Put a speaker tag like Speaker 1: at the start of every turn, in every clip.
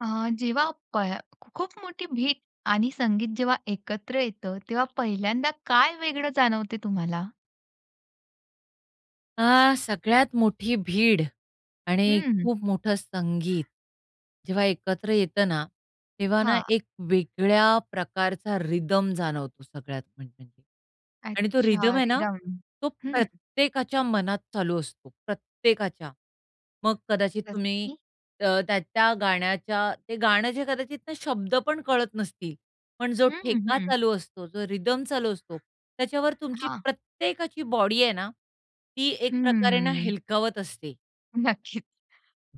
Speaker 1: अ, जेव्हा प खूप मोठी भीत आणि संगीत जेव्हा एकत्र येतं, तेव्हा पहिल्यांदा काय वेगळं जाणवते तुम्हाला?
Speaker 2: सगळ्यात मोठी भीड आणि
Speaker 1: हं.
Speaker 2: खूप मोठं संगीत जेव्हा एकत्र येतं ना, तेव्हा ना
Speaker 1: हां.
Speaker 2: एक वेगळ्या प्रकारचा रिदम जाणवतो सगळ्यात म्हणजे. आणि तो
Speaker 1: अच्छा
Speaker 2: रिदम आहे ना,
Speaker 1: रिदम.
Speaker 2: तो
Speaker 1: हं.
Speaker 2: प्रत्येकाच्या मनात चालू असतो, प्रत्येकाच्या. मग कदाचित
Speaker 1: जसं
Speaker 2: तुम्ही
Speaker 1: की?
Speaker 2: त्या त्या गाण्याच्या ते गाणं जे कदाचित ना शब्द पण कळत नसतील, पण जो
Speaker 1: हं,
Speaker 2: ठेका
Speaker 1: हं.
Speaker 2: चालू असतो, जो रिदम चालू असतो, त्याच्यावर तुमची
Speaker 1: हां.
Speaker 2: प्रत्येकाची बॉडी आहे ना, ती एक प्रकारे ना
Speaker 1: हं.
Speaker 2: हेलकावत असते.
Speaker 1: नक्कीच.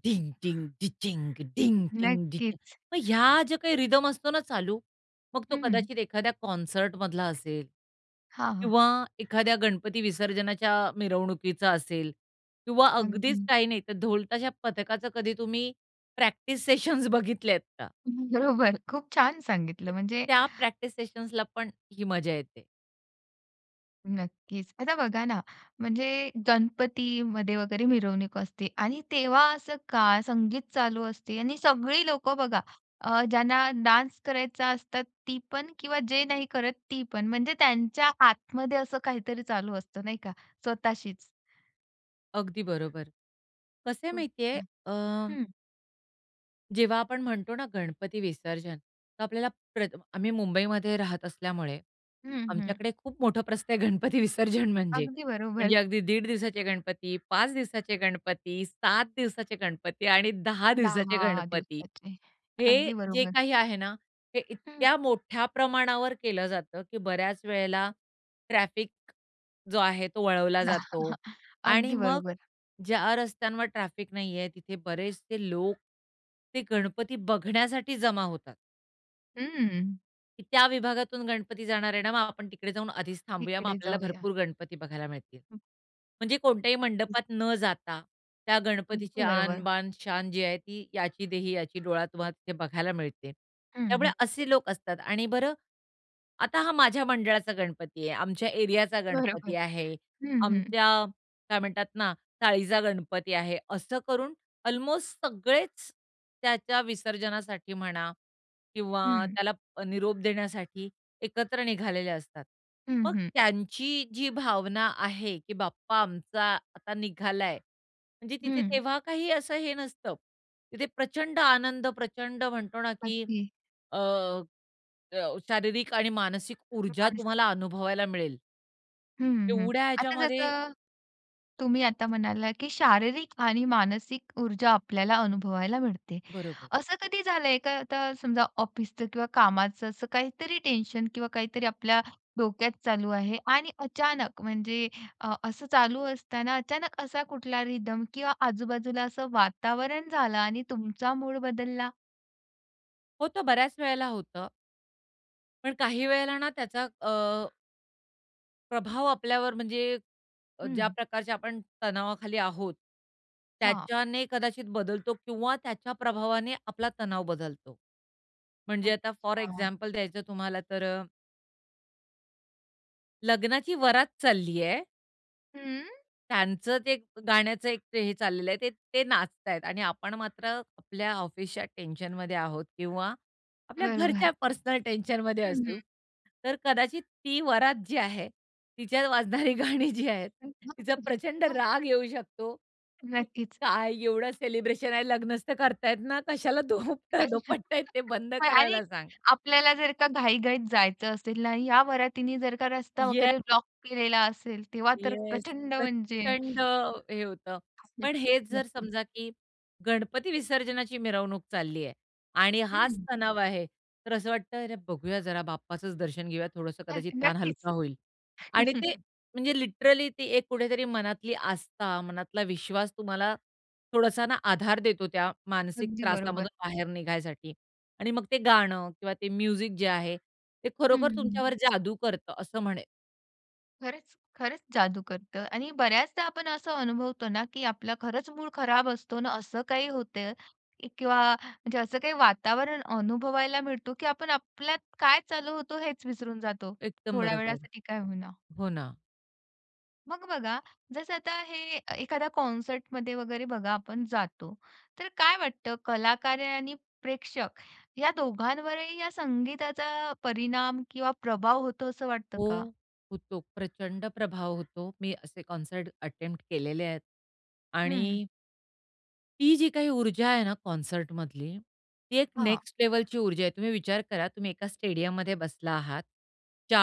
Speaker 2: ढिंग, ढिंग, डिचिंग, ढिंग, ढिंग, डिचिंग.
Speaker 1: नक्कीच.
Speaker 2: मग ह्या ज्या काही रिदम असतो ना चालू, मग तो
Speaker 1: हं.
Speaker 2: कदाचित एखाद्या कॉन्सर्टमधला असेल
Speaker 1: हां.
Speaker 2: किंवा एखाद्या गणपती विसर्जनाच्या मिरवणुकीचा असेल किंवा अगदीच
Speaker 1: अगदी.
Speaker 2: काही नाही, तर ढोलताशा पथकाचं कधी तुम्ही प्रॅक्टिस सेशन्स बघितल्यात का?
Speaker 1: बरोबर. खूप छान
Speaker 2: तर
Speaker 1: सांगितलं. म्हणजे
Speaker 2: त्या प्रॅक्टिस सेशन्सला पण ही मजा येते.
Speaker 1: नक्कीच. आता बघा ना, म्हणजे गणपतीमध्ये वगैरे मिरवणूक असते आणि तेव्हा असं का संगीत चालू असते आणि सगळी लोकं बघा, ज्यांना डान्स करायचा असतात ती पण किंवा जे नाही करत ती पण. म्हणजे त्यांच्या आतमध्ये असं काहीतरी चालू असतं नाही का स्वतःशीच.
Speaker 2: अगदी बरोबर. कसं आहे
Speaker 1: खूप
Speaker 2: माहिती आहे,
Speaker 1: छान. हं,
Speaker 2: जेव्हा आपण म्हणतो ना गणपती विसर्जन, तर आपल्याला आम्ही मुंबईमध्ये राहत असल्यामुळे
Speaker 1: हं, हं.
Speaker 2: आमच्याकडे खूप मोठं प्रस्थ आहे गणपती विसर्जन म्हणजे.
Speaker 1: अगदी बरोबर.
Speaker 2: म्हणजे अगदी 1.5 दिवसाचे गणपती, 5 दिवसाचे गणपती, 7 दिवसाचे गणपती आणि 10 दिवसाचे
Speaker 1: 10
Speaker 2: गणपती.
Speaker 1: दिवसाचे.
Speaker 2: हे
Speaker 1: अगदी
Speaker 2: जे
Speaker 1: बरोबर.
Speaker 2: काही आहे ना, हे
Speaker 1: हं.
Speaker 2: इतक्या मोठ्या प्रमाणावर केलं जातं, की बऱ्याच वेळेला ट्रॅफिक जो आहे तो वळवला
Speaker 1: जा
Speaker 2: जातो आणि
Speaker 1: अगदी
Speaker 2: मग
Speaker 1: बरोबर.
Speaker 2: ज्या रस्त्यांवर ट्रॅफिक नाहीये, तिथे बरेचसे लोक ते गणपती बघण्यासाठी जमा होतात.
Speaker 1: हं.
Speaker 2: की त्या विभागातून गणपती जाणार आहे ना, मग आपण तिकडे जाऊन आधीच थांबूया. मग
Speaker 1: तिकडे
Speaker 2: आपल्याला
Speaker 1: जाऊया.
Speaker 2: भरपूर गणपती बघायला मिळतील. म्हणजे कोणत्याही मंडपात न जाता त्या गणपतीची
Speaker 1: अगदी बरोबर.
Speaker 2: आन बान शान जी आहे ती याची देही याची डोळा तुम्हाला तिथे बघायला मिळते.
Speaker 1: हं,
Speaker 2: त्यामुळे
Speaker 1: हं.
Speaker 2: असे लोक असतात आणि बरं आता हा माझ्या मंडळाचा गणपती आहे, आमच्या एरियाचा गणपती
Speaker 1: बरोबर.
Speaker 2: आहे,
Speaker 1: हं, हं.
Speaker 2: आमच्या काय म्हणतात ना, चाळीचा गणपती आहे, असं करून ऑलमोस्ट सगळेच त्याच्या विसर्जनासाठी म्हणा किंवा
Speaker 1: हं.
Speaker 2: त्याला निरोप देण्यासाठी एकत्र निघालेले असतात.
Speaker 1: हं,
Speaker 2: मग
Speaker 1: हं.
Speaker 2: त्यांची जी भावना आहे, की बाप्पा आमचा आता निघालाय, म्हणजे तिथे
Speaker 1: हं.
Speaker 2: तेव्हा काही असं हे नसतं. तिथे प्रचंड आनंद, प्रचंड म्हणतो ना, की
Speaker 1: अगदी
Speaker 2: अ, अ, शारीरिक आणि मानसिक ऊर्जा
Speaker 1: मानसिक.
Speaker 2: तुम्हाला अनुभवायला मिळेल.
Speaker 1: हं, हं.
Speaker 2: एवढ्या
Speaker 1: आता
Speaker 2: ह्याच्यामध्ये
Speaker 1: जसं तुम्ही आता म्हणाला, की शारीरिक आणि मानसिक ऊर्जा आपल्याला अनुभवायला मिळते.
Speaker 2: बरोबर.
Speaker 1: असं कधी झालंय का आता समजा ऑफिसचं किंवा कामाचं असं काहीतरी टेन्शन किंवा काहीतरी आपल्या डोक्यात चालू आहे आणि अचानक म्हणजे असं चालू असताना अचानक असा कुठला रिदम किंवा आजूबाजूला असं वातावरण झालं आणि तुमचा मूड बदलला?
Speaker 2: होतं बऱ्याच वेळेला होतं. पण काही वेळेला ना त्याचा प्रभाव आपल्यावर म्हणजे ज्या
Speaker 1: हं.
Speaker 2: प्रकारच्या आपण तणावाखाली आहोत,
Speaker 1: हां.
Speaker 2: त्याच्याने कदाचित बदलतो किंवा त्याच्या प्रभावाने आपला तणाव बदलतो. म्हणजे आता फॉर
Speaker 1: अच्छा.
Speaker 2: एक्झाम्पल द्यायचं तुम्हाला तर लग्नाची वरात चालली आहे.
Speaker 1: हं.
Speaker 2: त्यांचं ते गाण्याचं एक ते हे चाललेलं आहे. ते ते नाचतायत आणि आपण मात्र आपल्या ऑफिसच्या टेन्शनमध्ये आहोत किंवा आपल्या घरच्या
Speaker 1: बरोबर.
Speaker 2: पर्सनल टेन्शनमध्ये
Speaker 1: हं,
Speaker 2: असू. तर कदाचित ती वरात जी आहे, तिच्यात वाजणारी गाणी जी आहेत,
Speaker 1: हं.
Speaker 2: तिचा प्रचंड राग येऊ शकतो, की
Speaker 1: नक्कीच.
Speaker 2: काय एवढं सेलिब्रेशन आहे, लग्नच तर करतायत ना, कशाला धोपट धोपटतायत ते बंद
Speaker 1: मग आणि
Speaker 2: करायला सांगा.
Speaker 1: आपल्याला जर का घाईघाईत जायचं असेल आणि या वरातीने जर का रस्ता वगैरे ब्लॉक केलेला असेल, तेव्हा तर
Speaker 2: येस.
Speaker 1: प्रचंड म्हणजे
Speaker 2: प्रचंड हे होतं. पण हेच जर
Speaker 1: नक्कीच.
Speaker 2: समजा, की गणपती विसर्जनाची मिरवणूक चालली आहे आणि हाच
Speaker 1: हं.
Speaker 2: तणाव आहे, तर असं वाटतं, "अरे बघूया जरा बाप्पाचंच दर्शन घेऊया, थोडंसं कदाचित ताण
Speaker 1: नक्कीच.
Speaker 2: हलका होईल." आणि ते म्हणजे लिटरली ती एक कुठेतरी मनातली आस्था, मनातला विश्वास तुम्हाला थोडासा ना आधार देतो त्या मानसिक
Speaker 1: अगदी
Speaker 2: त्रासामधून
Speaker 1: बरोबर.
Speaker 2: बाहेर निघायसाठी. आणि मग ते गाणं किंवा ते म्युझिक जे आहे, ते
Speaker 1: हं,
Speaker 2: खरोखर
Speaker 1: हं.
Speaker 2: तुमच्यावर जादू करतं असं म्हणेल.
Speaker 1: खरंच, खरंच जादू करतं आणि बऱ्याचदा आपण असं अनुभवतो ना, की आपला खरंच मूड खराब असतो ना, असं काही होतं किंवा म्हणजे असं काही वातावरण अनुभवायला मिळतो, की आपण आपल्यात काय चालू होतो हेच विसरून जातो,
Speaker 2: एकदम
Speaker 1: थोड्या
Speaker 2: बरोबर.
Speaker 1: वेळासाठी काय होईना.
Speaker 2: हो ना.
Speaker 1: मग बघा, जसं आता हे एखाद्या कॉन्सर्टमध्ये वगैरे बघा आपण जातो, तर काय वाटतं कलाकार आणि प्रेक्षक या दोघांवरही या संगीताचा परिणाम किंवा प्रभाव होतो असं वाटतं
Speaker 2: हो,
Speaker 1: का?
Speaker 2: होतो. प्रचंड प्रभाव होतो. मी असे कॉन्सर्ट अटेम्प्ट केलेले आहेत आणि
Speaker 1: हं.
Speaker 2: ती जी काही ऊर्जा आहे ना कॉन्सर्टमधली, ती एक
Speaker 1: हां.
Speaker 2: नेक्स्ट लेव्हलची ऊर्जा आहे. तुम्ही विचार करा, तुम्ही एका स्टेडियममध्ये बसला आहात.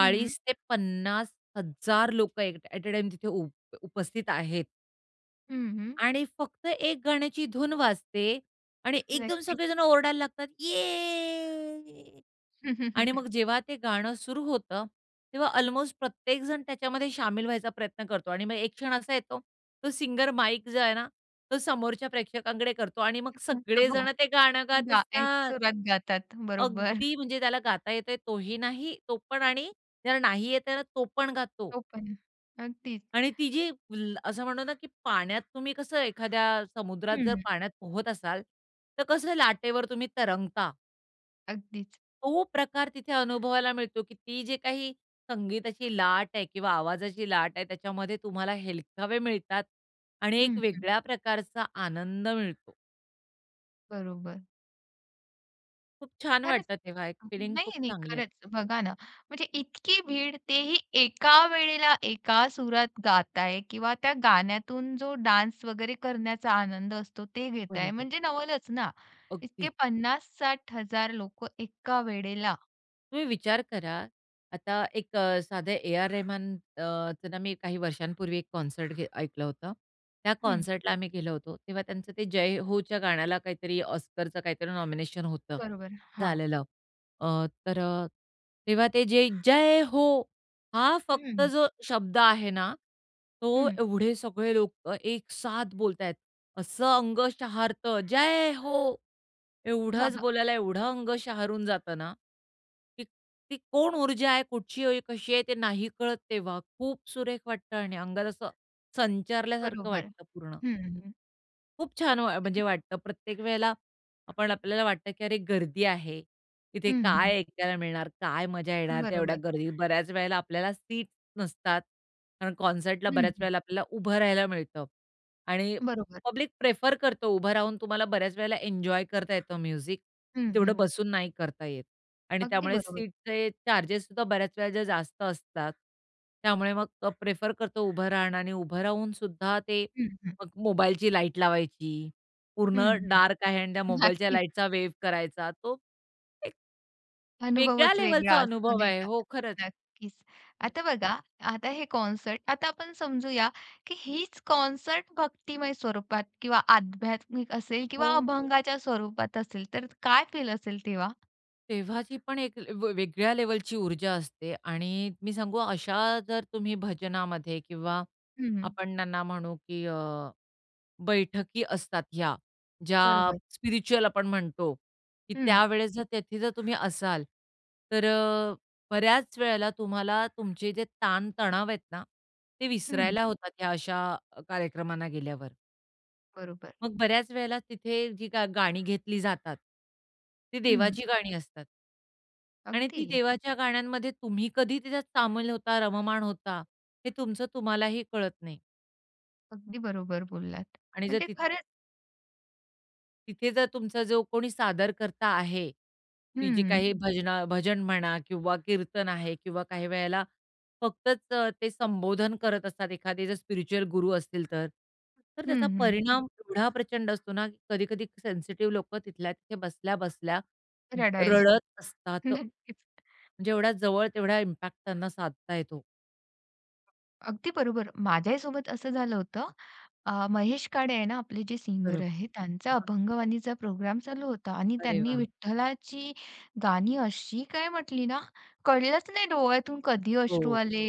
Speaker 1: हं, हं.
Speaker 2: ते 50,000 लोकं एक ॲट अ टाईम तिथे उपस्थित आहेत
Speaker 1: हं,
Speaker 2: आणि फक्त एक गाण्याची धून वाजते आणि एकदम
Speaker 1: नक्कीच.
Speaker 2: सगळेजण ओरडायला लागतात, "ये!" आणि मग जेव्हा ते गाणं सुरू होतं, तेव्हा अल्मोस्ट प्रत्येकजण त्याच्यामध्ये शामील व्हायचा प्रयत्न करतो आणि मग एक क्षण असा येतो, तो सिंगर माईक जो आहे ना, तो समोरच्या प्रेक्षकांकडे करतो आणि मग सगळेजण ते गाणं गात
Speaker 1: एक
Speaker 2: असतात.
Speaker 1: सुरात गातात. बरोबर.
Speaker 2: अगदी म्हणजे त्याला गाता येतोय तोही नाही, तो पण आणि त्याला नाही येत आहे ना, तो पण गातो.
Speaker 1: तो पण. अगदीच.
Speaker 2: आणि ती जी असं म्हणू ना, की पाण्यात तुम्ही कसं एखाद्या समुद्रात जर
Speaker 1: हं.
Speaker 2: पाण्यात पोहत असाल, तर कसं लाटेवर तुम्ही तरंगता.
Speaker 1: अगदीच.
Speaker 2: तो प्रकार तिथे अनुभवायला मिळतो, की ती जे काही संगीताची लाट आहे किंवा आवाजाची लाट आहे, त्याच्यामध्ये तुम्हाला हेलकावे मिळतात आणि एक
Speaker 1: हं, हं.
Speaker 2: वेगळ्या प्रकारचा आनंद मिळतो.
Speaker 1: बरोबर.
Speaker 2: खूप छान
Speaker 1: खरंच.
Speaker 2: वाटतं तेव्हा, एक फिलिंग खूप
Speaker 1: नाही, नाही.
Speaker 2: चांगली असते.
Speaker 1: खरंच बघा ना, म्हणजे इतकी भीड तेही एका वेळेला एका सुरात गाताय किंवा त्या गाण्यातून जो डान्स वगैरे करण्याचा आनंद असतो ते घेताय
Speaker 2: बरोबर.
Speaker 1: म्हणजे नवलच ना. इतके
Speaker 2: अगदीच.
Speaker 1: 50,000-60,000 लोकं एका वेळेला.
Speaker 2: तुम्ही विचार करा, आता एक साधं ए.आर. रेहमान चं ना मी काही वर्षांपूर्वी एक कॉन्सर्ट ऐकलं होतं. त्या
Speaker 1: हं.
Speaker 2: कॉन्सर्टला आम्ही गेलो होतो. तेव्हा त्यांचं ते जय होच्या गाण्याला काहीतरी ऑस्करचं काहीतरी नॉमिनेशन होतं,
Speaker 1: बरोबर. हां.
Speaker 2: झालेलं. अ, तर तेव्हा ते जे जय हो हा
Speaker 1: हं,
Speaker 2: फक्त जो शब्द आहे ना, तो
Speaker 1: हं.
Speaker 2: एवढे सगळे लोकं एक साथ बोलतायेत. असं अंग शहारतं, "जय हो!" एवढंच बोलायला एवढं अंग शहारून जातं ना, की ती कोण ऊर्जा आहे, कुठची आहे, कशी आहे ते नाही कळत तेव्हा. खूप सुरेख वाटतं आणि अंगात असं संचारल्यासारखं
Speaker 1: बरोबर.
Speaker 2: वाटतं पूर्ण.
Speaker 1: हं, हं.
Speaker 2: खूप छान म्हणजे वाटतं प्रत्येक वेळेला आपण आपल्याला वाटतं, की अरे गर्दी आहे. तिथे
Speaker 1: हं, हं.
Speaker 2: काय ऐकायला मिळणार? काय मजा येणार त्या एवढ्या
Speaker 1: बरोबर.
Speaker 2: गर्दीत? बऱ्याच वेळेला आपल्याला सीट्स नसतात. कारण कॉन्सर्टला
Speaker 1: हं,
Speaker 2: बऱ्याच
Speaker 1: हं.
Speaker 2: वेळेला आपल्याला उभं राहायला मिळतं आणि
Speaker 1: बरोबर.
Speaker 2: पब्लिक प्रेफर करतो उभं राहून तुम्हाला बऱ्याच वेळेला एन्जॉय करता येतं म्युझिक.
Speaker 1: हं,
Speaker 2: तेवढं
Speaker 1: हं.
Speaker 2: बसून नाही करता येत आणि
Speaker 1: अगदी
Speaker 2: त्यामुळे
Speaker 1: बरोबर.
Speaker 2: सीटचे चार्जेससुद्धा बऱ्याच वेळेला जास्त असतात. त्यामुळे मग प्रेफर करतो उभं राहणं आणि उभं राहूनसुद्धा ते
Speaker 1: हं, हं.
Speaker 2: मग मोबाईलची लाईट लावायची. पूर्ण
Speaker 1: हं, हं.
Speaker 2: डार्क आहे आणि त्या मोबाईलच्या
Speaker 1: नक्कीच.
Speaker 2: लाईटचा वेव्ह करायचा. तो एक वेगळ्या
Speaker 1: अनुभवच वेगळा
Speaker 2: लेव्हलचा
Speaker 1: असतो
Speaker 2: अनुभव
Speaker 1: नाही
Speaker 2: आहे.
Speaker 1: का?
Speaker 2: हो, खरंच.
Speaker 1: नक्कीच. आता
Speaker 2: खरंच.
Speaker 1: बघा, आता हे कॉन्सर्ट आता आपण समजूया, की हीच कॉन्सर्ट भक्तिमय स्वरूपात किंवा आध्यात्मिक असेल
Speaker 2: हो,
Speaker 1: किंवा अभंगाच्या स्वरूपात असेल, तर काय फील असेल तेव्हा?
Speaker 2: तेव्हाची पण एक वेगळ्या लेव्हलची ऊर्जा असते आणि मी सांगू अशा जर तुम्ही भजनामध्ये किंवा
Speaker 1: हं.
Speaker 2: आपण त्यांना म्हणू की बैठकी असतात ह्या, ज्या
Speaker 1: बरोबर.
Speaker 2: स्पिरिच्युअल आपण म्हणतो, की
Speaker 1: हं.
Speaker 2: त्यावेळेस जर तेथे जर तुम्ही असाल, तर बऱ्याच वेळेला तुम्हाला तुमचे जे ताण आहेत ना, ते
Speaker 1: हं.
Speaker 2: विसरायला होतात ह्या अशा कार्यक्रमांना गेल्यावर.
Speaker 1: बरोबर.
Speaker 2: मग बऱ्याच वेळेला तिथे जी गाणी घेतली जातात, ती
Speaker 1: हं.
Speaker 2: देवाची गाणी असतात. आणि ती
Speaker 1: अगदी,
Speaker 2: देवाच्या गाण्यांमध्ये तुम्ही कधी त्याच्यात सामील होता, रममाण होता, हे तुमचं तुम्हालाही कळत नाही
Speaker 1: अगदी बरोबर बोललात.
Speaker 2: आणि जर
Speaker 1: म्हणजे
Speaker 2: तिथे
Speaker 1: खरंच
Speaker 2: तिथे जर तुमचा जो कोणी सादर करता आहे, ती जी
Speaker 1: हं.
Speaker 2: काही हं. भजन म्हणा किंवा कीर्तन आहे किंवा काही वेळेला फक्तच ते संबोधन करत असतात एखादे जर स्पिरिच्युअल गुरु असतील तर. तर त्याचा
Speaker 1: हं,
Speaker 2: परिणाम एवढा प्रचंड असतो ना, की कधी-कधी सेन्सिटिव्ह लोकं तिथल्या तिथे बसल्या-बसल्या
Speaker 1: रडायला.
Speaker 2: रडत असतात.
Speaker 1: नक्कीच.
Speaker 2: म्हणजे एवढ्या जवळ तेवढा इम्पॅक्ट त्यांना साधता येतो.
Speaker 1: अगदी बरोबर. माझ्याही सोबत असं झालं होतं. महेश काळे आहे ना, आपले जे सिंगर
Speaker 2: बरोबर.
Speaker 1: आहेत, त्यांचा अभंगवाणीचा प्रोग्राम चालू होता आणि
Speaker 2: अरे
Speaker 1: त्यांनी
Speaker 2: वाह!
Speaker 1: विठ्ठलाची गाणी अशी काय म्हटली ना, कळलंच नाही डोळ्यातून कधी अश्रू
Speaker 2: हो.
Speaker 1: आले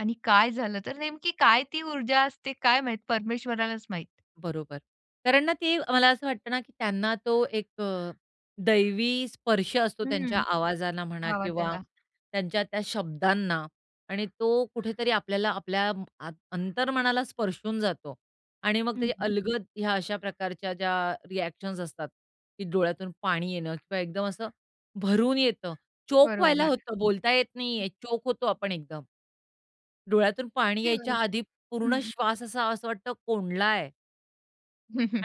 Speaker 1: आणि काय झालं. तर नेमकी काय ती ऊर्जा असते काय माहीत, परमेश्वरालाच माहीत.
Speaker 2: बरोबर. कारण ना ते मला असं वाटतं ना, की त्यांना तो एक दैवी स्पर्श असतो त्यांच्या
Speaker 1: हं.
Speaker 2: आवाजाला म्हणा किंवा
Speaker 1: आवाजाला.
Speaker 2: त्यांच्या त्या शब्दांना आणि तो कुठेतरी आपल्याला आपल्या आत अंतर्मनाला स्पर्शून जातो आणि मग
Speaker 1: हं.
Speaker 2: त्याची अलगद ह्या अशा प्रकारच्या ज्या रिएक्शन्स असतात, की डोळ्यातून पाणी येणं किंवा एकदम असं भरून येतं. चोक व्हायला
Speaker 1: बरोबर.
Speaker 2: होतं, बोलता येत नाहीये, चोक होतो आपण एकदम. डोळ्यातून पाणी
Speaker 1: अगदी
Speaker 2: यायच्या
Speaker 1: बरोबर.
Speaker 2: आधी पूर्ण
Speaker 1: हं.
Speaker 2: श्वास असा असं वाटतं कोंडलाय.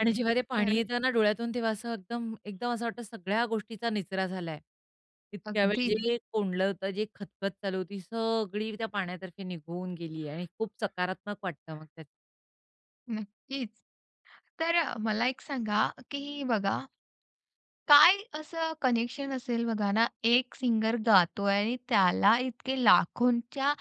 Speaker 2: आणि जेव्हा ते पाणी
Speaker 1: खरंच.
Speaker 2: येतं ना डोळ्यातून, तेव्हा असं एकदम एकदम असं वाटतं सगळ्या गोष्टीचा निचरा झालाय. इतक्या वेळ
Speaker 1: अगदीच.
Speaker 2: जे कोंडलं होतं, जे खचखच चालू होती, सगळी त्या पाण्यातर्फे निघून गेली आणि खूप सकारात्मक वाटतं मग त्यात.
Speaker 1: नक्कीच. तर मला एक सांगा, की बघा काय असं कनेक्शन असेल बघा ना, एक सिंगर गातोय आणि त्याला इतके लाखोंच्या,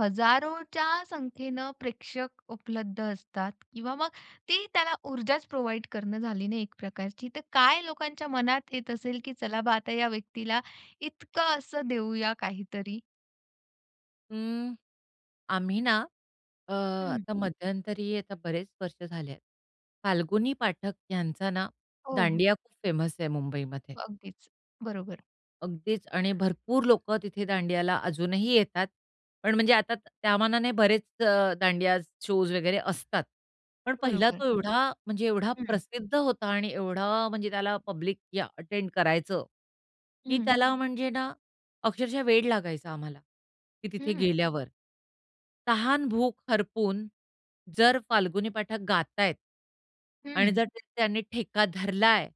Speaker 1: हजारोच्या संख्येनं प्रेक्षक उपलब्ध असतात किंवा मग ती त्याला ऊर्जाच प्रोव्हाईड करणं झाली ना एक प्रकारची. तर काय लोकांच्या मनात येत असेल, की चला बा आता या व्यक्तीला इतकं असं देऊया काहीतरी?
Speaker 2: अं, आम्ही ना अ,
Speaker 1: हं.
Speaker 2: आता मध्यंतरी आता बरेच वर्ष झाले आहेत. फाल्गुनी पाठक यांचा ना
Speaker 1: हो,
Speaker 2: दांडिया खूप फेमस आहे मुंबईमध्ये.
Speaker 1: अगदीच. बरोबर,
Speaker 2: अगदीच आणि भरपूर लोकं तिथे दांडियाला अजूनही येतात. पण म्हणजे आता त्या मानाने बरेच दांडिया शोज वगैरे असतात. पण पहिला
Speaker 1: बरोबर.
Speaker 2: तो एवढा म्हणजे एवढा
Speaker 1: हं.
Speaker 2: प्रसिद्ध होता आणि एवढा म्हणजे त्याला पब्लिक या अटेंड करायचं, की
Speaker 1: हं,
Speaker 2: त्याला म्हणजे ना अक्षरशः वेड लागायचा आम्हाला, की तिथे
Speaker 1: हं,
Speaker 2: गेल्यावर. तहान भूक हरपून जर फाल्गुनी पाठक गातायत आणि
Speaker 1: हं.
Speaker 2: जर ते त्यांनी ठेका धरलाय,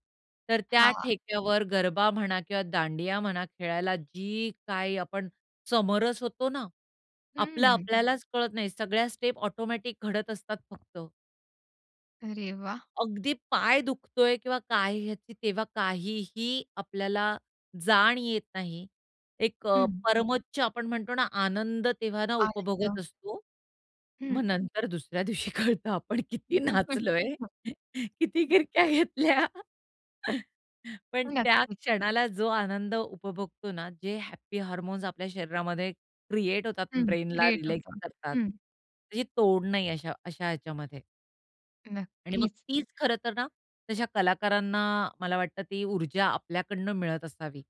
Speaker 2: तर त्या
Speaker 1: हां.
Speaker 2: ठेक्यावर गरबा म्हणा किंवा दांडिया म्हणा खेळायला जी काही आपण समरस होतो ना, आपलं
Speaker 1: हं.
Speaker 2: आपल्यालाच कळत नाही. सगळ्या स्टेप ऑटोमॅटिक घडत असतात फक्त.
Speaker 1: अरे वाह!
Speaker 2: अगदी पाय दुखतोय किंवा काय ह्याची तेव्हा काहीही आपल्याला जाण येत नाही. एक
Speaker 1: हं.
Speaker 2: परमोच्च आपण म्हणतो ना आनंद तेव्हा ना उपभोगत
Speaker 1: आनंद.
Speaker 2: असतो.
Speaker 1: हं.
Speaker 2: मग नंतर दुसऱ्या दिवशी कळतं आपण किती नाचलोय, किती गिरक्या घेतल्या. पण त्या
Speaker 1: नक्कीच.
Speaker 2: क्षणाला जो आनंद उपभोगतो ना, जे हॅपी हार्मोन्स आपल्या शरीरामध्ये क्रिएट होतात,
Speaker 1: हं.
Speaker 2: ब्रेनला
Speaker 1: क्रिएट
Speaker 2: रिलॅक्स
Speaker 1: होतं.
Speaker 2: करतात,
Speaker 1: हं.
Speaker 2: त्याची तोड नाही अशा अशा ह्याच्यामध्ये. आणि मग
Speaker 1: नक्कीच,
Speaker 2: तीच खरं तर ना, तशा कलाकारांना मला वाटतं ती ऊर्जा आपल्याकडनं मिळत असावी.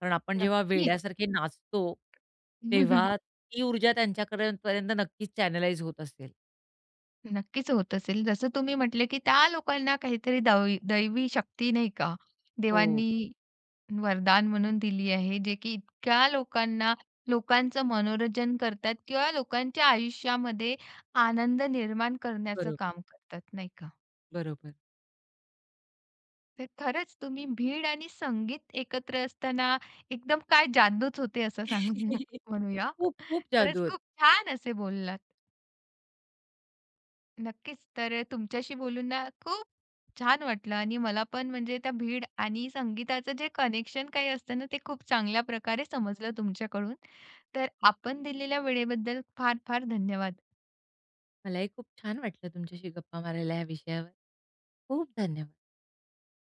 Speaker 2: कारण आपण जेव्हा
Speaker 1: नक्कीच.
Speaker 2: वेड्यासारखे नाचतो, तेव्हा ती ऊर्जा त्यांच्याकडे पर्यंत नक्कीच चॅनलाइज होत असेल.
Speaker 1: नक्कीच होत असेल. जसं तुम्ही म्हटले, की त्या लोकांना काहीतरी दवी दैवी शक्ती नाही का,
Speaker 2: हो.
Speaker 1: देवांनी वरदान म्हणून दिली आहे, जे की इतक्या लोकांना लोकांचं मनोरंजन करतात किंवा लोकांच्या आयुष्यामध्ये आनंद निर्माण करण्याचं
Speaker 2: बरोबर,
Speaker 1: काम करतात, नाही का?
Speaker 2: बरोबर.
Speaker 1: तर खरंच तुम्ही भीड आणि संगीत एकत्र असताना एकदम काय जादूच होते असं सांगू म्हणूया.
Speaker 2: खूप, खूप जादू
Speaker 1: खरंच
Speaker 2: होती.
Speaker 1: खूप छान असे बोललात. नक्कीच तर तुमच्याशी बोलून ना खूप छान वाटलं आणि मला पण म्हणजे त्या भीड आणि संगीताचं जे कनेक्शन काही असतं ना ते खूप चांगल्या प्रकारे समजलं तुमच्याकडून. तर आपण दिलेल्या वेळेबद्दल फार फार धन्यवाद.
Speaker 2: मलाही खूप छान वाटलं तुमच्याशी गप्पा मारायला या विषयावर. खूप धन्यवाद.